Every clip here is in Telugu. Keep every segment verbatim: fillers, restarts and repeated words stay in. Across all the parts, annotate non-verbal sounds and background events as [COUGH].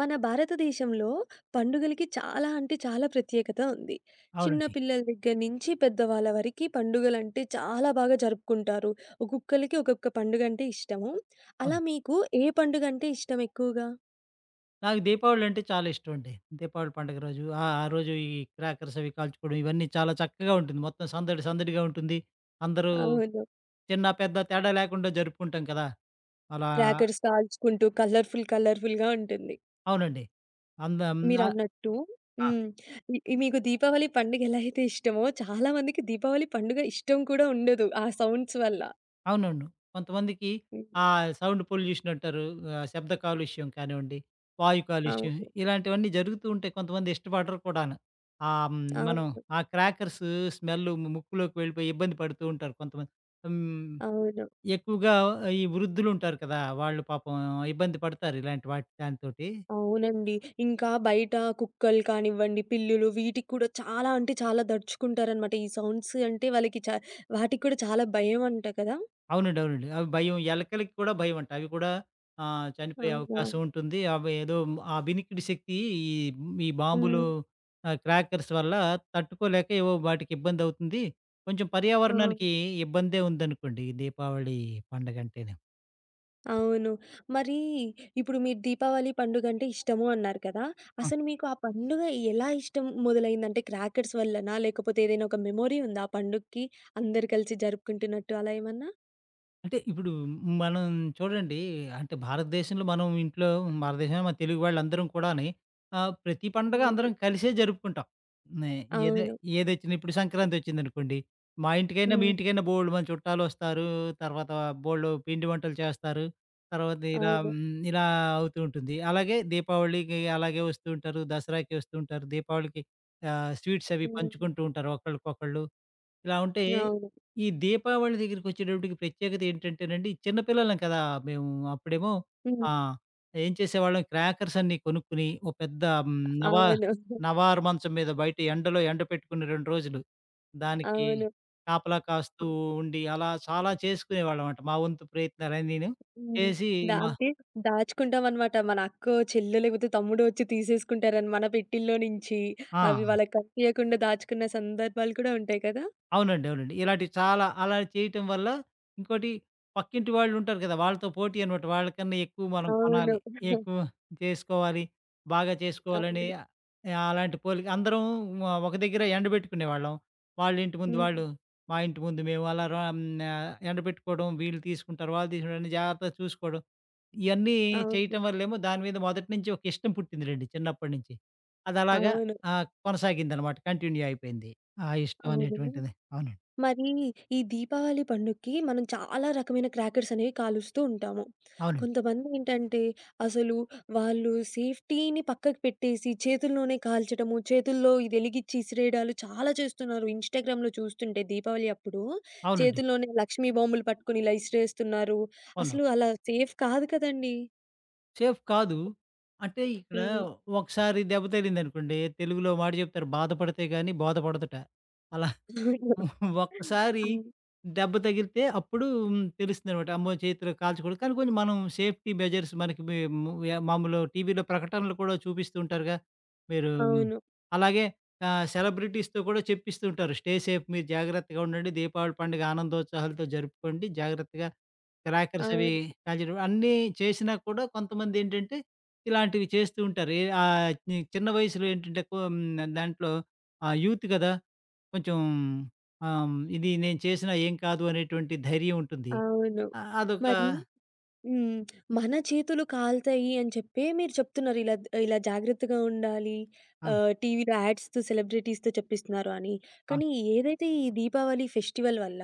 మన భారతదేశంలో పండుగలకి చాలా అంటే చాలా ప్రత్యేకత ఉంది. చిన్న అవునండి. పిల్లల దగ్గర నుంచి పెద్దవాళ్ళ వరకి పండుగలంటే చాలా బాగా జరుపుకుంటారు. ఒక్కొక్కళ్ళకి ఒక్కొక్క పండుగంటే ఇష్టము. అలా అవును. మీకు ఏ పండుగంటే ఇష్టం ఎక్కువగా? నాకు దీపావళంటే చాలా ఇష్టమండి. దీపావళి పండుగ రోజు ఆ! ఆ రోజు ఈ క్రాకర్స్ అవి కాల్చుకోవడం ఇవన్నీ చాలా చక్కగా ఉంటుంది. మొత్తం సందడి సందడిగా ఉంటుంది. అందరూ అవును. చిన్న, పెద్ద తేడా లేకుండా జరుపుకుంటాం కదా! అలా క్రాకర్స్ కాల్చుకుంటూ కలర్‌ఫుల్ కలర్‌ఫుల్‌గా ఉంటుంది. అవునండి. అందం మీరన్నట్టు ఆ! హ్మ్. ఇ మీకు దీపావళి పండుగ ఎలా అయితే ఇష్టమో చాలా మందికి దీపావళి పండుగ ఇష్టం కూడా ఉండదు. ఆ సౌండ్స్ వల్ల. అవునవును. కొంతమందికి హ్మ్. ఆహ్, సౌండ్ పొల్యూషన్ అంటారు. ఆహ్, శబ్ద కాలుష్యం కానివ్వండి, వాయు కాలుష్యం అవును. ఇలాంటివన్నీ జరుగుతూ ఉంటాయి. కొంతమంది ఇష్టపడరు కూడాను. ఆహ్, హ్మ్, మనం అవును. ఆ క్రాకర్స్ స్మెల్ ము ముక్కులోకి వెళ్ళిపోయి ఇబ్బంది పడుతూ ఉంటారు కొంతమంది. హ్మ్, అవును. ఎక్కువగా ఈ వృద్ధులుంటారు కదా! వాళ్ళు పాపం ఇబ్బంది పడతారు ఇలాంటి వాటి దానితోటి. అవునండి. ఇంకా బయట కుక్కలు కానివ్వండి, పిల్లులు వీటికి కూడా చాలా అంటే చాలా దడుచుకుంటారనమాట. ఈ సౌండ్స్ అంటే వాళ్ళకి చ వాటికి కూడా చాలా భయం అంట కదా! అవునండి. అవునండి. అవి భయం. ఎలకలకి కూడా భయమంట. అవి కూడా ఆహ్, చనిపోయే అవునా? అవకాశం ఉంటుంది. అవి ఏదో ఆ వినికిడి శక్తి ఈ ఈ బాంబులు హ్మ్. ఆహ్, క్రాకర్స్ వల్ల తట్టుకోలేక ఏవో వాటికి ఇబ్బందవుతుంది. కొంచెం ఆ! పర్యావరణానికి ఇబ్బందే ఉందనుకోండి. ఈ దీపావళి పండగంటేను. అవును. మరి ఇప్పుడు మీరు దీపావళి పండుగంటే ఇష్టము అన్నారు కదా! అసలు మీకు ఆ పండుగ ఎలా ఇష్టం మొదలైందంటే క్రాకర్స్ వల్లనా? లేకపోతే ఏదైనా ఒక మెమోరీ ఉందా ఆ పండుగకి అందరూ కలిసి జరుపుకుంటున్నట్టు అలా ఏమన్నా? అంటే ఇప్పుడు మనం చూడండి. అంటే భారతదేశంలో మనం ఇంట్లో భారతదేశంలో మన తెలుగు వాళ్ళందరం కూడాని ఆహ్, ప్రతి పండగ హ్మ్. అందరం కలిసే జరుపుకుంటాం. నే ఏదో అవును. ఏదొచ్చినా ఇప్పుడు సంక్రాంతి వచ్చిందనుకోండి, మా ఇంటికైనా, మీ హ్మ్. ఇంటికైనా బోలెడు మంది చుట్టాలొస్తారు. తర్వాత బోలెడు పిండి వంటలు చేస్తారు. తర్వాత ఇలా అవును. హ్మ్, ఇలా అవుతూ ఉంటుంది. అలాగే దీపావళికి అలాగే వస్తూ ఉంటారు. దసరాకి వస్తూ ఉంటారు. దీపావళికి ఆహ్, స్వీట్స్ అవి హ్మ్. పంచుకుంటూ ఉంటారు ఒకళ్ళకొకళ్ళు. ఇలా ఉంటే అవును. ఈ దీపావళి దగ్గరికొచ్చేటప్పటికి ప్రత్యేకత ఏంటంటేనండి, చిన్న పిల్లలం కదా! మేము అప్పుడేమో హ్మ్. ఆ! ఏం చేసేవాళ్ళం? క్రాకర్స్ అన్నీ కొనుక్కొని, ఓ పెద్ద హ్మ్, నవా అవును. నవారు మంచం మీద బయట ఎండలో ఎండపెట్టుకుని రెండు రోజులు. దానికి అవును. కాపలా కాస్తూ ఉండి, అలా చాలా చేసుకునేవాళ్ళమంట. మా వంతు ప్రయత్నాలన్నీను హ్మ్. చేసి దా మా అంటే దాచుకుంటామనమాట. మన అక్కో, చెల్లో లేకపోతే తమ్ముడో వచ్చి తీసేసుకుంటారని మన పెట్టిల్లో నుంచి. అవి ఆ! వాళ్ళకి కనిపియకుండా దాచుకున్న సందర్భాలు కూడా ఉంటాయి కదా! అవునండి. అవునండి. ఇలాంటివి చాలా అలా చేయటం వల్ల ఇంకోటి, పక్కింటి వాళ్ళుంటారు కదా! వాళ్ళతో పోటీ అనమాట. వాళ్ళకన్నా ఎక్కువ మనం అవును. కొనాలి. ఎక్కువ చేసుకోవాలి. బాగా చేసుకోవాలని అవును. ఆహ్, అలాంటి పోలిక అందరం వ ఒక దగ్గర ఎండబెట్టుకునేవాళ్ళం. వాళ్ళింటి ముందు హ్మ్. వాళ్ళు, మా ఇంటి ముందు మేము అలా ర హ్మ్. ఆహ్, ఎండబెట్టుకోవడం, వీళ్ళు తీసుకుంటారు, వాళ్ళు తీసుకుంటారు అని జాగ్రత్తగా చూసుకోవడం. ఇయన్నీ అవును. చేయటం వల్లేమో దాని మీద మొదటి నుంచి ఒక ఇష్టం పుట్టిందిలెండి చిన్నప్పటి నుంచి. అదలాగా అవును. ఆహ్, కొనసాగిందనమాట. కంటిన్యూ అయిపోయింది ఆ ఇష్టం అవును. అవును. అనేటువంటిది. అవునండి. మరి ఈ దీపావళి పండుగకి మనం చాలా రకమైన క్రాకర్స్ అనేవి కాలుస్తూ ఉంటాము. అవునండి. కొంతమంది ఏంటంటే అసలు వాళ్ళు సేఫ్టీని పక్కకు పెట్టేసి చేతుల్లోనే కాల్చడము, చేతుల్లో ఇది వెలిగిచ్చి ఇసిరేయడాలు చాలా చేస్తున్నారు. ఇన్‌స్టాగ్రామ్‌లో చూస్తుంటే దీపావళి అప్పుడు అవునండి. చేతుల్లోనే లక్ష్మీ బాంబులు పట్టుకొని ఇలా ఇసిరేస్తున్నారు. అవును. అసలు అలా సేఫ్ కాదు కదండీ! సేఫ్ కాదు. అంటే ఇక్కడ హ్మ్. ఒకసారి దెబ్బ తగిలిందనుకోండి, తెలుగులో మాట చెప్తారు బాధపడితే గాని బోధపడదుట. అలా అవును. ఒక్కసారి హ్మ్. [LAUGHS] దెబ్బ తగిలితే అప్పుడు తెలుస్తుందనమాట. అమ్మో! చేతిలో కాల్చకూడదు. కానీ కొంచెం మనం సేఫ్టీ మెజర్స్ మనకి మే ము యా మామూలు టీవీలో ప్రకటనలు కూడా చూపిస్తూ ఉంటారుగా. మీరు మ్, అవును. అలాగే ఆహ్, సెలబ్రిటీస్‌తో కూడా చెప్పిస్తూ ఉంటారు. స్టే సేఫ్, మీరు జాగ్రత్తగా ఉండండి. దీపావళి పండుగ ఆనందోత్సాహాలతో జరుపుకోండి. జాగ్రత్తగా క్రాకర్స్ అవి అవును. కాల్చడం అన్నీ చేసినా కూడా కొంతమందేంటంటే ఇలాంటివి చేస్తూ ఉంటారు. ఏ ఆహ్, చి చిన్న వయసులో ఏంటంటే కొ హ్మ్, దాంట్లో ఆహ్, యూత్ కదా! కొంచెం ఆహ్, హ్మ్, ఇది నేను చేసినా ఏం కాదు అనేటువంటి ధైర్యం ఉంటుంది. అవును. ఆహ్, అదొక మరి హ్మ్. మన చేతులు కాలుతాయి అని చెప్పే మీరు చెప్తున్నారు. ఇలా ద ఇలా జాగ్రత్తగా ఉండాలి. ఆ! ఆహ్, టీవీలో యాడ్స్‌తో, సెలబ్రిటీస్‌తో చెప్పిస్తున్నారు అని. ఆ! కానీ ఏదైతే ఈ దీపావళి ఫెస్టివల్ వల్ల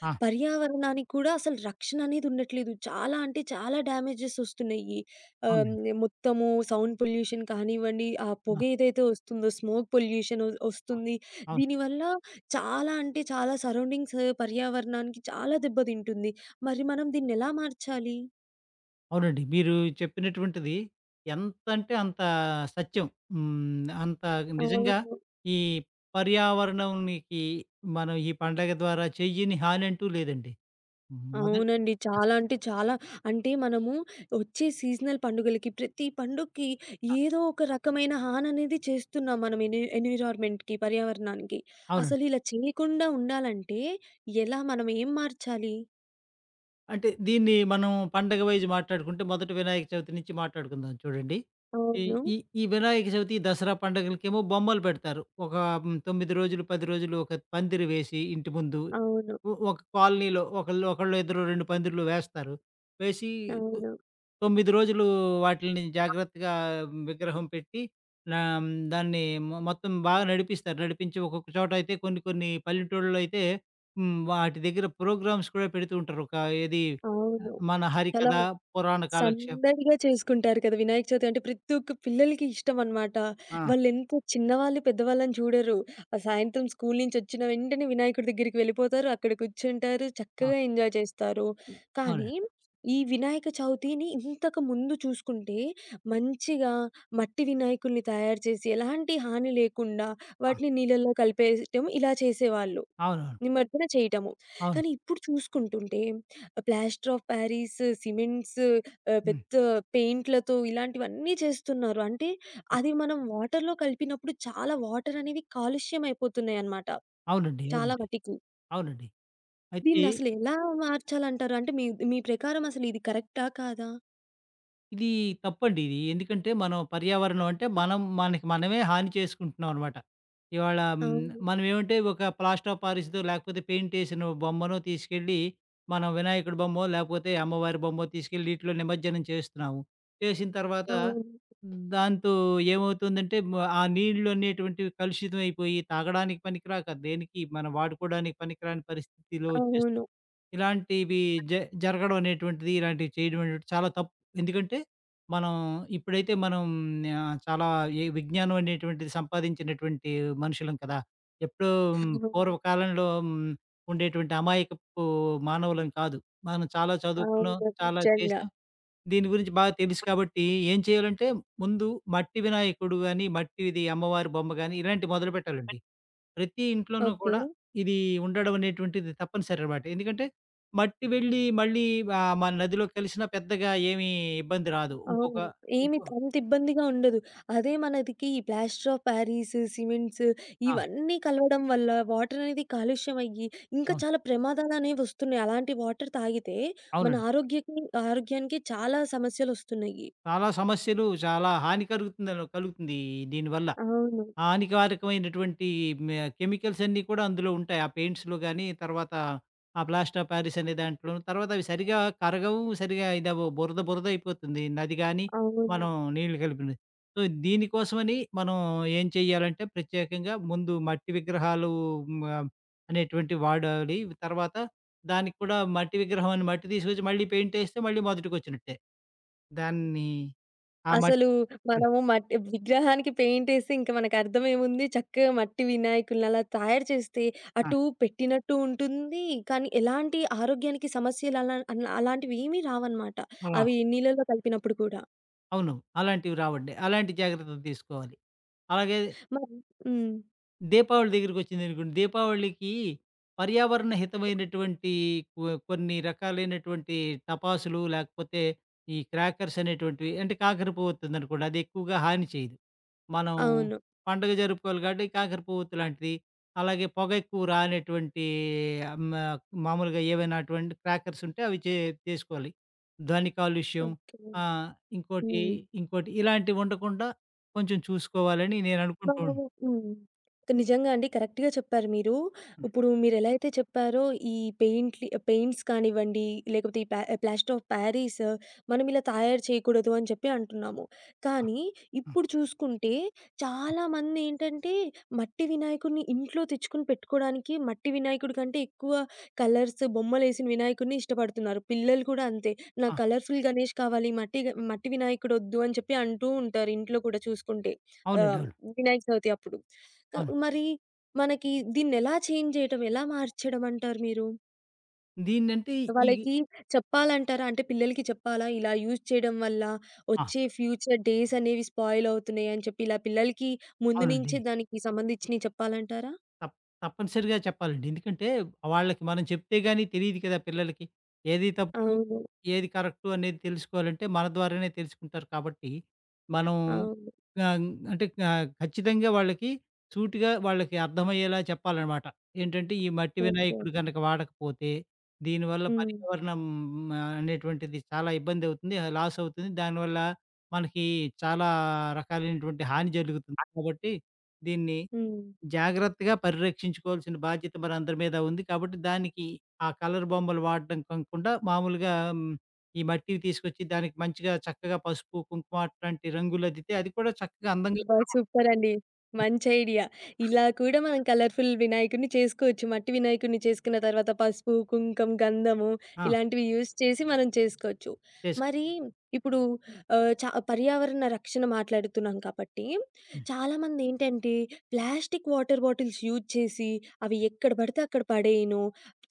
ఆ! పర్యావరణానికి కూడా అసలు రక్షణ అనేది ఉండట్లేదు. చాలా అంటే చాలా డ్యామేజెస్ వస్తున్నాయి. ఆహ్, అవునండి. మొత్తము సౌండ్ పొల్యూషన్ కానివ్వండి, ఆ ఆ! పొగ ఏదైతే వస్తుందో స్మోక్ పొల్యూషన్ ఒ ఆ! వస్తుంది. అవును. దీనివల్ల చాలా అంటే చాలా సరౌండింగ్స్ పర్యావరణానికి చాలా దెబ్బతింటుంది. మరి మనం దీన్నెలా మార్చాలి? అవునండి. మీరు చెప్పినటువంటిది ఎంతంటే అంత సత్యం. హ్మ్. అంత నిజంగా అవును. ఈ పర్యావరణంనికి మనం ఈ పండగ ద్వారా చెయ్యని హానంటూ లేదండి. మొద అవునండి. చాలా అంటే చాలా. అంటే మనము వచ్చే సీజనల్ పండుగలకి, ప్రతి పండుగకి ఏదో ఒక రకమైన హాననేది చేస్తున్నాం మనం ఎని ఎన్విరాన్మెంట్‌కి, పర్యావరణానికి. అవునండి. అసలు ఇలా చేయకుండా ఉండాలంటే ఎలా? మనం ఏం మార్చాలి? అంటే దీన్ని మనం పండగ వైజ్ మాట్లాడుకుంటే మొదట వినాయక చవితి నుంచి మాట్లాడుకుందాం చూడండి. ఈ అవును. ఈ ఈ వినాయక చవితి, దసరా పండగలకేమో బొమ్మలు పెడతారు. ఒక హ్మ్, తొమ్మిది రోజులు, పది రోజులు ఒక పందిరి వేసి ఇంటి ముందు, అవును. ఒ ఒక కాలనీలో ఒకళ్ళు, ఒకళ్ళో ఇద్దరో రెండు పందిర్లు వేస్తారు. వేసి అవును. తొమ్మిది రోజులు వాటిల్ని జాగ్రత్తగా విగ్రహం పెట్టి, నా దాన్ని మొ మొత్తం బాగా నడిపిస్తారు. నడిపించి ఒక్కొక్క చోట అయితే కొన్ని కొన్ని పల్లెటూళ్ళలో అయితే హ్మ్. వాటి దగ్గర ప్రోగ్రామ్స్ కూడా పెడుతూ ఉంటారు. ఒక ఏది ఆహ్, అవును. మన చాలా హరికథ, పురాణ కాలక్షేపం. సందడిగా చేసుకుంటారు కదా! వినాయక చవితి అంటే ప్రతి ఒక్క పిల్లలకి ఇష్టమనమాట. ఆ! వాళ్ళెంత చిన్నవాళ్ళు, పెద్దవాళ్ళని చూడరు. ఆ సాయంత్రం స్కూలు నుంచొచ్చిన వెంటనే వినాయకుడి దగ్గరికి వెళ్ళిపోతారు. అక్కడ కూర్చుంటారు. ఆ! చక్కగా ఎంజాయ్ చేస్తారు. ఇ కానీ అవునండి. ఈ వినాయక చవితిని ఇంతకు ముందు చూసుకుంటే మంచిగా మట్టి వినాయకుడిని తయారు చేసి ఎలాంటి హాని లేకుండా ఆ! వాటిని నీళ్ళలో కలిపేయటం ఇలా చేసేవాళ్ళు. అవునవును. నిమజ్జన చేయటము. అవును. కానీ ఇప్పుడు చూసుకుంటుంటే ప్లాస్టర్ ఆఫ్ పారిస్, సిమెంట్స్ ఆహ్, హ్మ్. పెద్ద పెయింట్‌లతో ఇలాంటివన్నీ చేస్తున్నారు. అంటే అది మనం వాటర్‌లో కలిపినప్పుడు చాలా వాటర్ అనేవి కాలుష్యం అయిపోతున్నాయన్నమాట. అవునండి. చాలా అవునండి. మటికి. అవునండి. అయితే దీన్నసలు ఎలా మార్చాలంటారు? అంటే మీ మీ ప్రకారం అసలు ఇది కరెక్టా? కాదా? ఇది తప్పండి ఇది. ఎందుకంటే మనం పర్యావరణం అంటే మనం మనకి మనమే హాని చేసుకుంటున్నాం అనమాట. ఇవాళ హ్మ్, అవును. మనమేమంటే ఒక ప్లాస్టర్ ఆఫ్ పారిస్‌దో లేకపోతే పెయింట్ ఏసిన బొమ్మనో తీసుకెళ్ళి మనం వినాయకుడి బొమ్మో లేకపోతే అమ్మవారి బొమ్మో తీసుకెళ్ళి నీటిలో నిమజ్జనం చేస్తున్నాము. చేసిన తర్వాత అవును. దాంతో ఏమవుతుందంటే మ ఆ నీళ్ళు అనేటువంటివి కలుషితం అయిపోయి తాగడానికి పనికిరాక, దేనికి మనం వాడుకోవడానికి పనికిరాని పరిస్థితిలో అవును. వచ్చేస్తుంది. ఇలాంటివి జ జరగడం అనేటువంటిది, ఇలాంటివి చేయడం అనేటువంటిది చాలా తప్పు. ఎందుకంటే, మనం ఇప్పుడైతే మనం ఆహ్, చాలా ఈ విజ్ఞానం అనేటువంటిది సంపాదించినటువంటి మనుషులం కదా! ఎప్పుడో మ్, అవును. పూర్వకాలంలో హ్మ్, ఉండేటువంటి అమాయకపు మానవులం కాదు. మనం చాలా చదువుకున్నాం, అవును. చాలా నిజంగా. చేసాం. దీని గురించి బాగా తెలుసు కాబట్టి ఏం చేయాలంటే, ముందు మట్టి వినాయకుడు గాని, మట్టిది అమ్మవారి బొమ్మ గాని, ఇలాంటివి మొదలుపెట్టాలండి. ప్రతి ఇంట్లోనూ ఓకే. కూడా ఇది ఉండడం అనేటువంటిది తప్పనిసరనమాట. ఎందుకంటే మట్టి వెళ్ళి మళ్ళీ ఆహ్, మన నదిలో కలిసినా పెద్దగా ఏమీ ఇబ్బంది రాదు. ఇంకొక అవును. ఏమి ఇంకో అంత ఇబ్బందిగా ఉండదు. అదే మనదికి ఈ ప్లాస్టర్ ఆఫ్ పారిస్, సిమెంట్స్ ఆ! ఇవన్నీ కలవడం వల్ల వాటర్ అనేది కాలుష్యం అయ్యి, ఇంకా అవును. చాలా ప్రమాదాలనేవొస్తున్నాయి. అలాంటి వాటర్ తాగితే మన అవునండి. ఆరోగ్యకి ఆరోగ్యానికి చాలా సమస్యలొస్తున్నాయి. చాలా సమస్యలు చాలా హాని కలుగుతుందని కలుగుతుంది దీనివల్ల. అవును. హానికారకమైనటువంటి మె కెమికల్స్ అన్నీ కూడా అందులో ఉంటాయి. ఆ పెయింట్స్‌లో గాని, తర్వాత ఆ ప్లాస్టర్ ఆఫ్ పారిస్ అనే దాంట్లోను. తర్వాత అవి సరిగ్గా కరగవు, సరిగ్గా ఇదవ్వవు. బురద బురద అయిపోతుంది నది గాని, అవును. మనం నీళ్లు కలిపినది. సో, దీనికోసమని మనం ఏం చేయాలంటే ప్రత్యేకంగా ముందు మట్టి విగ్రహాలు మ అనేటువంటివి వాడాలి. తర్వాత దానికి కూడా మట్టి విగ్రహం అని మట్టి తీసుకొచ్చి మళ్ళీ పెయింటేస్తే మళ్ళీ మొదటికొచ్చినట్టే. దాన్ని ఆ మట్ అసలు మనము మట్టి విగ్రహానికి పెయింటేసి ఇంక మనకర్థమేముంది, చక్కగా మట్టి వినాయకుడినలా తయారు చేస్తే, ఆ! ఆ! అటు పెట్టినట్టు ఉంటుంది, కానీ ఎలాంటి ఆరోగ్యానికి సమస్యలు అలా అన్ అలాంటివి ఏమీ రావన్నమాట. ఆ! అవి నీళ్ళలో కలిపినప్పుడు కూడా. అవును. అలాంటివి రావండి. అలాంటి జాగ్రత్తలు తీసుకోవాలి. అలాగే మరి హ్మ్. దీపావళి దగ్గరికొచ్చిందనుకోండి. దీపావళికి పర్యావరణ హితమైనటువంటి కొ కొన్ని రకాలైనటువంటి టపాసులు, లేకపోతే ఈ క్రాకర్స్ అనేటువంటివి, అంటే కాకర పువ్వొత్తుందనుకోండి, అది ఎక్కువగా హాని చేయదు. మనం అవును. పండగ జరుపుకోవాలి కాబట్టి కాకర పువ్వొత్తు లాంటిది, అలాగే పొగెక్కువ రానటువంటి ఆహ్, మా మామూలుగా ఏవైనా అటువంటి క్రాకర్స్ ఉంటే అవి చే చేసుకోవాలి. ధ్వని కాలుష్యం ఓకే. ఆ! ఇంకోటి, హ్మ్. ఇంకోటి ఇలాంటివి ఉండకుండా కొంచెం చూసుకోవాలని నేననుకుంటూ మనము ఉన్ హ్మ్. నిజంగా అండి. కరెక్ట్‌గా చెప్పారు మీరు. ఇప్పుడు మీరెలైతే చెప్పారో ఈ పెయింట్‌లి పెయింట్స్ కానివ్వండి, లేకపోతే ఈ ప్లా ప్లాస్టర్ ఆఫ్ పారిస్ మనం ఇలా తయారు చేయకూడదు అని చెప్పి అంటున్నాము. ఆ! కానీ ఆ! ఇప్పుడు చూసుకుంటే చాలామంది ఏంటంటే మట్టి వినాయకుడిని ఇంట్లో తెచ్చుకొని పెట్టుకోవడానికి మట్టి వినాయకుడి కంటే ఎక్కువ కలర్స్, బొమ్మలేసిన వినాయకుడిని ఇష్టపడుతున్నారు. పిల్లలు కూడా అంతే. ఆ! నాకు కలర్‌ఫుల్ గణేష్ కావాలి, మట్టి గ మట్టి వినాయకుడొద్దు అని చెప్పి అంటూ ఉంటారు ఇంట్లో కూడా చూసుకుంటే. అవునండి. ఆహ్, అవును. వినాయక చవితి అప్పుడు. క అవును. మరి మనకి దీన్నెలా చేంజ్ చేయటం, ఎలా మార్చడం అంటారు మీరు? దీన్నంటే ఈ వాళ్ళకి చెప్పాలంటారా? అంటే పిల్లలకి చెప్పాలా? ఇలా యూజ్ చేయడం వల్ల ఆ! వచ్చే ఫ్యూచర్ డేస్ అనేవి స్పాయిల్ అవుతున్నాయి అని చెప్పి, ఇలా పిల్లలకి ముందు అవునండి. నుంచే దానికి సంబంధించినయి చెప్పాలంటారా? తప్ తప్పనిసరిగా చెప్పాలండి. ఎందుకంటే వాళ్ళకి మనం చెప్తే గాని తెలీదు కదా పిల్లలకి. ఏది తప్పు, అవును. ఏది కరెక్టు అనేది తెలుసుకోవాలంటే మన ద్వారానే తెలుసుకుంటారు కాబట్టి, మనం అవును. ఆహ్, అంటే ఆహ్, ఖచ్చితంగా వాళ్ళకి సూటిగా వాళ్ళకి అర్థమయ్యేలా చెప్పాలనమాట. ఏంటంటే ఈ మట్టి ఓకే. వినాయకుడు గనక వాడకపోతే దీనివల్ల హ్మ్. పర్యావరణం ఆహ్, అనేటువంటిది చాలా ఇబ్బందవుతుంది. లాస్ అవుతుంది. దానివల్ల మనకి చాలా రకాలైనటువంటి హాని జరుగుతుంది. కాబట్టి దీన్ని హ్మ్. జాగ్రత్తగా పరిరక్షించుకోవాల్సిన బాధ్యత మనందరి మీద ఉంది. కాబట్టి దానికి ఆ కలర్ బొమ్మలు వాడడం కాకుండా మామూలుగా హ్మ్, ఈ మట్టివి తీసుకొచ్చి దానికి మంచిగా చక్కగా పసుపు, కుంకుమ అట్లాంటి రంగులద్దితే అది కూడా చక్కగా అందంగా అబ్బా! కనపడుతుంది. సూపరండి. మంచి ఐడియా. ఇలా కూడా మనం కలర్‌ఫుల్ వినాయకుడిని చేసుకోవచ్చు. మట్టి వినాయకుడిని చేసుకున్న తర్వాత పసుపు, కుంకం, గంధము ఆ! ఇలాంటివి యూజ్ చేసి మనం చేసుకోవచ్చు. చేసు మరి ఇప్పుడు ఆహ్, చ పర్యావరణ రక్షణ మాట్లాడుతున్నాం కాబట్టి హ్మ్. చాలామంది ఏంటంటే ప్లాస్టిక్ వాటర్ బాటిల్స్ యూజ్ చేసి అవి ఎక్కడ పడితే అక్కడ పడేయను.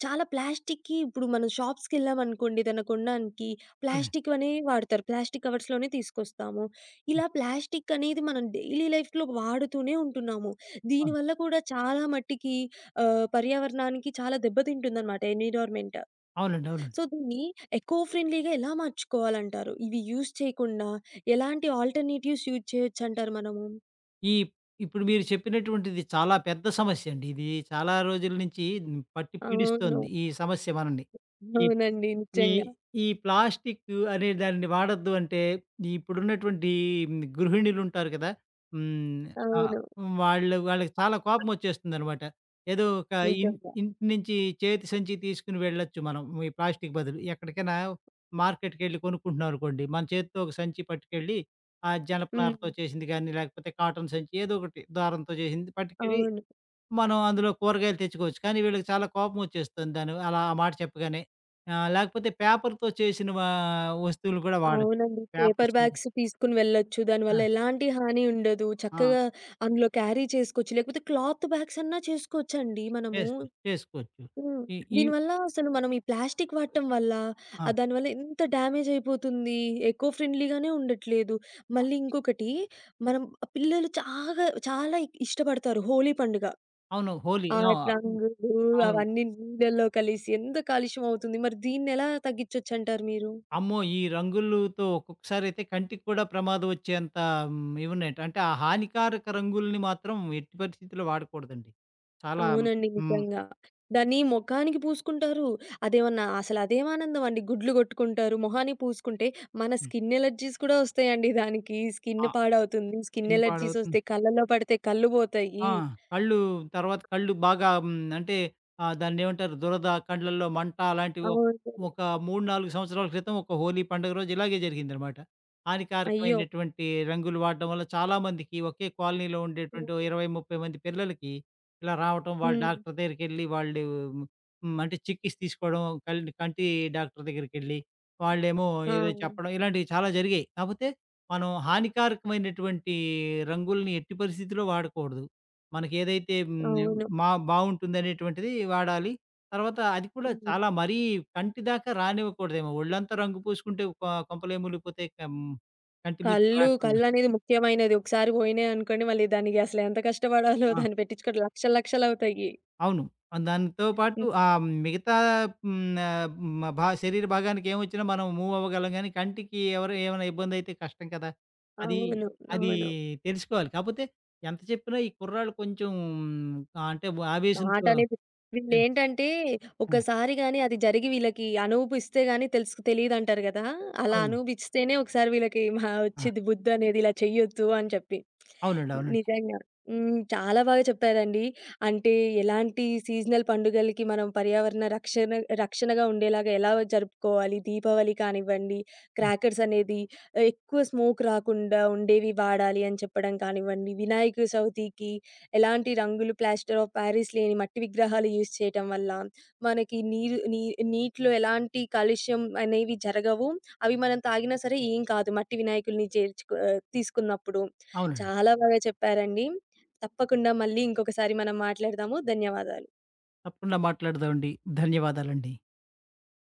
చాలా ప్లాస్టిక్‌కి ఇప్పుడు మనం షాప్స్‌కెళ్ళామనుకోండి ఏదైనా కొనడానికి అవునండి. ప్లాస్టిక్‌వనే వాడతారు. ప్లాస్టిక్ కవర్స్‌లోనే తీసుకొస్తాము. హ్మ్. ఇలా ప్లాస్టిక్ అనేది మనం డైలీ లైఫ్‌లో వాడుతూనే ఉంటున్నాము. అవును. దీనివల్ల కూడా చాలా మట్టికి ఆహ్, పర్యావరణానికి చాలా దెబ్బతింటుందనమాట ఎన్విరాన్మెంట్. అవునండి. అవునండి. సో, దీన్ని ఎకో ఫ్రెండ్లీగా ఎలా మార్చుకోవాలంటారు? ఇవి యూజ్ చేయకుండా ఎలాంటి ఆల్టర్‌నేటివ్స్ యూజ్ చేయొచ్చంటారు మనము? ఈ ఇప్పుడు మీరు చెప్పినటువంటిది చాలా పెద్ద సమస్య అండి. ఇది చాలా రోజుల నుంచి హ్మ్, పట్టి అవును. పీడిస్తోంది ఈ సమస్య మనల్ని. ఈ అవునండి. ఈ నిజంగా. ఈ ప్లాస్టిక్ అనే దాన్ని వాడొద్దు అంటే, ఈ ఇప్పుడున్నటువంటి హ్మ్, గృహిణులుంటారు కదా! హ్మ్. ఆ! అవును. వాళ్ళు వాళ్ళకి చాలా కోపమొచ్చేస్తుందనమాట. ఏదో ఒక ఇన్ నిజంగా. ఇంటి నుంచి చేతి సంచి తీసుకొని వెళ్ళొచ్చు మనం ఈ ప్లాస్టిక్ బదులు. ఎక్కడికైనా మార్కెట్‌కెళ్ళి కొనుక్కుంటున్నాం అనుకోండి, మన చేత్తో ఒక సంచి పట్టుకెళ్ళి, ఆ జనపనారతో హ్మ్. చేసింది గానీ, లేకపోతే కాటన్ సంచి ఏదో ఒకటి దారంతో చేసింది పట్టుకెళ్ళి అవును. మనం అందులో కూరగాయలు తెచ్చుకోవచ్చు. కానీ వీళ్ళకి చాలా కోపం వచ్చేస్తుంది దాని అలా ఆ మాట చెప్పగానే. ఆహ్, లేకపోతే పేపర్‌తో చేసిన వా వస్తువులు కూడా వాడొచ్చు. అవునండి. పేపర్ పేపర్స్ అన్ని. బ్యాగ్స్ తీసుకొని వెళ్ళొచ్చు. ఆ! దానివల్ల ఎలాంటి హాని ఉండదు. ఆ! చక్కగా అందులో క్యారీ చేసుకోవచ్చు. లేకపోతే క్లాత్ బ్యాగ్స్ అన్నా చేసుకోవచ్చండి మనము. చేసు చేసుకోవచ్చు. హ్మ్. ఈ ఈ దీనివల్ల అసలు మనం ఈ ప్లాస్టిక్ వాడటం వల్ల ఆ! ఆహ్, దానివల్ల ఎంత డ్యామేజ్ అయిపోతుంది. ఎకో ఫ్రెండ్లీగానే ఉండట్లేదు. మళ్ళీ ఇంకొకటి మనం ఆ పిల్లలు చాగా చాలా ఇ- ఇష్టపడతారు హోలీ పండుగ. అవును. హోలీ. ఆ ఆ! హ్మ్. రంగులు అవును. అవన్నీ నీళ్ళలో కలిసి ఎంత కాలుష్యం అవుతుంది. మరి దీన్నెలా తగ్గించొచ్చంటారు మీరు? అమ్మో! ఈ రంగులుతో ఒక్కొక్కసారయితే కంటికి కూడా ప్రమాదం వచ్చేంత హ్మ్, ఇవున్నాయట. అంటే ఆ హానికారక రంగుల్ని మాత్రం ఎట్టి పరిస్థితిలో వాడకూడదండి. చాలా అవునండి. హ్మ్. నిజంగా. దాన్ని మొఖానికి పూసుకుంటారు. అదేమన్నా అసలదేం ఆనందమండి. గుడ్లు గొట్టుకుంటారు. మొహానికి పూసుకుంటే మన స్కిన్ ఎలర్జీస్ కూడా వస్తాయండి దానికి. స్కిన్ ఆ! పాడవుతుంది. స్కిన్ ఎందుకు ఎలర్జీస్ పాడవుతుంది? వస్తాయి. కళ్ళలో పడితే కళ్ళు పోతాయి. ఆ! కళ్ళు తర్వాత కళ్ళు బాగా హ్మ్, అంటే ఆహ్, దాన్నేమంటారు దురద, కండ్లల్లో మంట అలాంటివి ఒక్ అవును. ఒక మూడు, నాలుగు సంవత్సరాల క్రితం ఒక హోలీ పండుగ రోజు ఇలాగే జరిగిందనమాట. అయ్యో! హానికారకమైనటువంటి రంగులు వాడడం వల్ల చాలామందికి, ఒకే కాలనీలో ఉండేటువంటి ఓ హ్మ్. ఇరవై, ముప్పై మంది పిల్లలకి ఇలా రావటం, వాళ్ళు హ్మ్. డాక్టర్ దగ్గరికెళ్ళి వాళ్ళు హ్మ్, అంటే చికిత్స తీసుకోవడం, కళ్ళు కంటి డాక్టర్ దగ్గరికెళ్ళి, వాళ్ళేమో ఆ! ఏదో చెప్పడం ఇలాంటివి చాలా జరిగాయి. కాపోతే మనం హానికారకమైనటువంటి రంగుల్ని ఎట్టి పరిస్థితిలో వాడకూడదు. మనకేదైతే హ్మ్. అవును. మా బావుంటుందనేటువంటిది వాడాలి. తర్వాత అది కూడా హ్మ్. చాలా మరీ కంటి దాకా రానివ్వకూడదేమో! ఒళ్ళంతా రంగు పూసుకుంటే కొ కొంపలేం మునిగిపోతాయి. కం కంటి మీదకి కళ్ళు రాకుండా. కళ్ళనేది ముఖ్యమైనది. ఒకసారి పోయినాయనుకోండి మళ్ళీ దానికి అసలెంత కష్టపడాలో ఆ! దాన్ని పెట్టించుకోవడం లక్షలు లక్షలవుతాయి. అవును. ఆ, దానితో పాటు హ్మ్. ఆహ్, మిగతా హ్మ్. ఆహ్, మ భా శరీర భాగానికి ఏమొచ్చినా మనం మూవ్ అవ్వగలం గానీ, కంటికి ఎవరు ఏమైనా ఇబ్బందయితే కష్టం కదా! అది అవును. అది అవును. తెలుసుకోవాలి. కాపోతే ఎంత చెప్పినా ఈ కుర్రాళ్ళు కొంచెం ఆహ్, అంటే ఆవేశంతో మాటనేది హ్మ్. వీళ్ళేంటంటే హ్మ్. ఒక్కసారి గాని అది జరిగి వీళ్ళకి అనుభూపిస్తే గాని తెలుసు తెలీదంటారు గదా! అలా అవును. అనుభవిస్తేనే ఒకసారి వీళ్ళకి మహా ఆ! వచ్చిద్ది బుద్ధనేది ఇలా చెయ్యొద్దు అని చెప్పి. అవునండి. అవునండి. నిజంగా. హ్మ్. చాలా బాగా చెప్పారండి. అంటే ఎలాంటి సీజనల్ పండుగలకి మనం పర్యావరణ రక్షణ రక్షణగా ఉండేలాగా ఎలా జరుపుకోవాలి. దీపావళి కానివ్వండి, హ్మ్. క్రాకర్స్ అనేది ఆ, ఎక్కువ స్మోక్ రాకుండా ఉండేవి వాడాలి అని చెప్పడం కానివ్వండి, వినాయక చవితికి ఎలాంటి రంగులు, ప్లాస్టర్ ఆఫ్ ప్యారిస్ లేని మట్టి విగ్రహాలు యూజ్ చేయటం వల్ల మనకి నీరు నీ నీటిలో ఎలాంటి కాలుష్యం అనేవి జరగవు. అవి మనం తాగినా సరే ఏం కాదు మట్టి వినాయకుడిని చేర్చుకో ఆహ్, తీసుకున్నప్పుడు. అవునండి. చాలా బాగా చెప్పారండి. తప్పకుండా మళ్ళీ ఇంకొకసారి మనం మాట్లాడదాము. ధన్యవాదాలు. తప్పకుండా మాట్లాడదామండి. ధన్యవాదాలండి.